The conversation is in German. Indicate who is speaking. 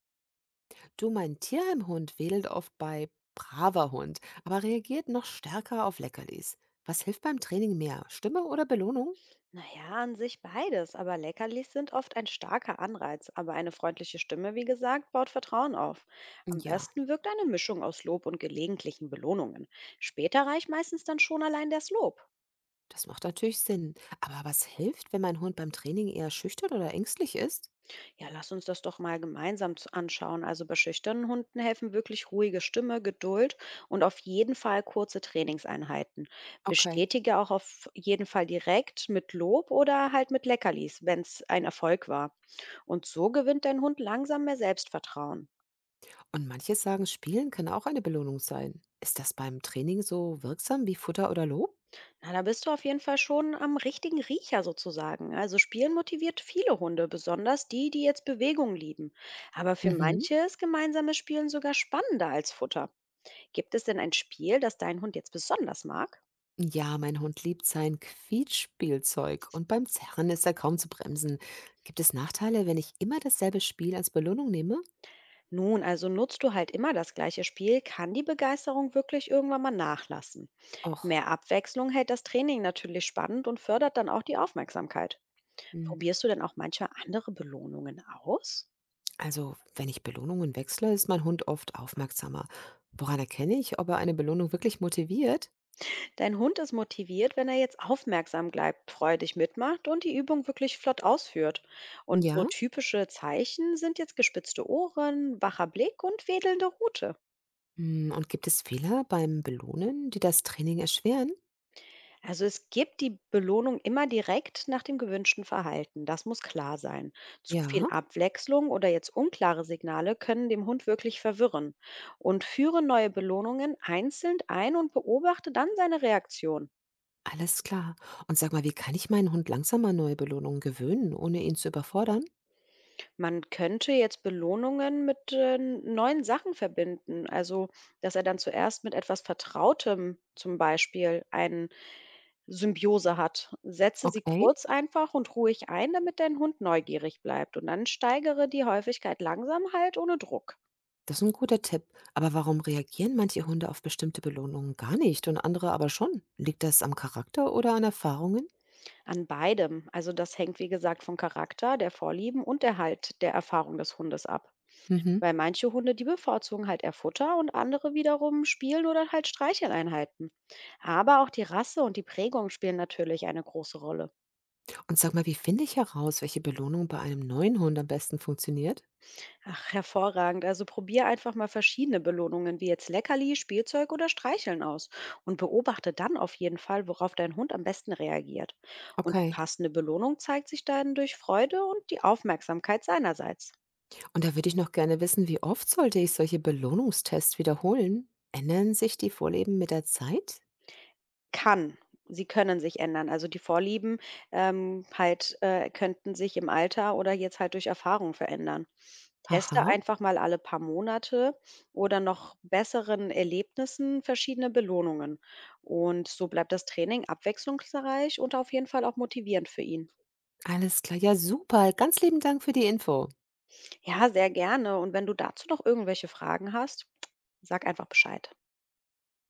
Speaker 1: Du, mein Tierheimhund wedelt oft bei braver Hund, aber reagiert noch stärker auf Leckerlis. Was hilft beim Training mehr? Stimme oder Belohnung?
Speaker 2: Naja, an sich beides, aber Leckerlis sind oft ein starker Anreiz, aber eine freundliche Stimme, wie gesagt, baut Vertrauen auf. Am
Speaker 1: Ja,
Speaker 2: besten wirkt eine Mischung aus Lob und gelegentlichen Belohnungen. Später reicht meistens dann schon allein das Lob.
Speaker 1: das macht natürlich Sinn. Aber was hilft, wenn mein Hund beim Training eher schüchtern oder ängstlich ist?
Speaker 2: Ja, lass uns das doch mal gemeinsam anschauen. Also bei schüchternen Hunden helfen wirklich ruhige Stimme, Geduld und auf jeden Fall kurze Trainingseinheiten.
Speaker 1: Okay.
Speaker 2: Bestätige auch auf jeden Fall direkt mit Lob oder halt mit Leckerlis, wenn es ein Erfolg war. Und so gewinnt dein Hund langsam mehr Selbstvertrauen.
Speaker 1: Und manche sagen, Spielen kann auch eine Belohnung sein. Ist das beim Training so wirksam wie Futter oder Lob?
Speaker 2: Na, da bist du auf jeden Fall schon am richtigen Riecher sozusagen. Also Spielen motiviert viele Hunde, besonders die, die jetzt Bewegung lieben. Aber für
Speaker 1: Mhm.
Speaker 2: manche ist gemeinsames Spielen sogar spannender als Futter. Gibt es denn ein Spiel, das dein Hund jetzt besonders mag?
Speaker 1: Ja, mein Hund liebt sein Quietschspielzeug und beim Zerren ist er kaum zu bremsen. Gibt es Nachteile, wenn ich immer dasselbe Spiel als Belohnung nehme?
Speaker 2: Nun, also nutzt du halt immer das gleiche Spiel, kann die Begeisterung wirklich irgendwann mal nachlassen.
Speaker 1: Och,
Speaker 2: Mehr Abwechslung hält das Training natürlich spannend und fördert dann auch die Aufmerksamkeit.
Speaker 1: hm,
Speaker 2: Probierst du denn auch manchmal andere Belohnungen aus?
Speaker 1: also wenn ich Belohnungen wechsle, ist mein Hund oft aufmerksamer. Woran erkenne ich, ob er eine Belohnung wirklich motiviert?
Speaker 2: Dein Hund ist motiviert, wenn er jetzt aufmerksam bleibt, freudig mitmacht und die Übung wirklich flott ausführt. Und so
Speaker 1: Ja.
Speaker 2: typische Zeichen sind jetzt gespitzte Ohren, wacher Blick und wedelnde Rute.
Speaker 1: Und gibt es Fehler beim Belohnen, die das Training erschweren?
Speaker 2: Also es gibt die Belohnung immer direkt nach dem gewünschten Verhalten. Das muss klar sein. Zu viel
Speaker 1: Ja,
Speaker 2: Abwechslung oder jetzt unklare Signale können dem Hund wirklich verwirren. Und führe neue Belohnungen einzeln ein und beobachte dann seine Reaktion.
Speaker 1: alles klar. Und sag mal, wie kann ich meinen Hund langsamer an neue Belohnungen gewöhnen, ohne ihn zu überfordern?
Speaker 2: Man könnte jetzt Belohnungen mit, neuen Sachen verbinden. Also, dass er dann zuerst mit etwas Vertrautem zum Beispiel eine Symbiose hat. Setze sie
Speaker 1: Okay,
Speaker 2: kurz einfach und ruhig ein, damit dein Hund neugierig bleibt. Und dann steigere die Häufigkeit langsam halt ohne Druck.
Speaker 1: das ist ein guter Tipp. Aber warum reagieren manche Hunde auf bestimmte Belohnungen gar nicht und andere aber schon? Liegt das am Charakter oder an Erfahrungen?
Speaker 2: An beidem. Also das hängt, wie gesagt, vom Charakter, der Vorlieben und der Erfahrung des Hundes ab.
Speaker 1: Mhm.
Speaker 2: Weil manche Hunde, die bevorzugen halt eher Futter und andere wiederum spielen oder halt Streicheleinheiten. Aber auch die Rasse und die Prägung spielen natürlich eine große Rolle.
Speaker 1: Und sag mal, wie finde ich heraus, welche Belohnung bei einem neuen Hund am besten funktioniert?
Speaker 2: Ach, hervorragend. Also probier einfach mal verschiedene Belohnungen, wie jetzt Leckerli, Spielzeug oder Streicheln aus und beobachte dann auf jeden Fall, worauf dein Hund am besten reagiert. Und die
Speaker 1: Okay.
Speaker 2: passende Belohnung zeigt sich dann durch Freude und die Aufmerksamkeit seinerseits.
Speaker 1: Und da würde ich noch gerne wissen, wie oft sollte ich solche Belohnungstests wiederholen? Ändern sich die Vorlieben mit der Zeit?
Speaker 2: Kann. Sie können sich ändern. Also, die Vorlieben, könnten sich im Alter oder jetzt halt durch Erfahrung verändern. Teste
Speaker 1: Aha,
Speaker 2: einfach mal alle paar Monate oder noch besseren Erlebnissen verschiedene Belohnungen. Und so bleibt das Training abwechslungsreich und auf jeden Fall auch motivierend für ihn.
Speaker 1: alles klar. Ja, super. Ganz lieben Dank für die Info.
Speaker 2: Ja, sehr gerne. Und wenn du dazu noch irgendwelche Fragen hast, sag einfach Bescheid.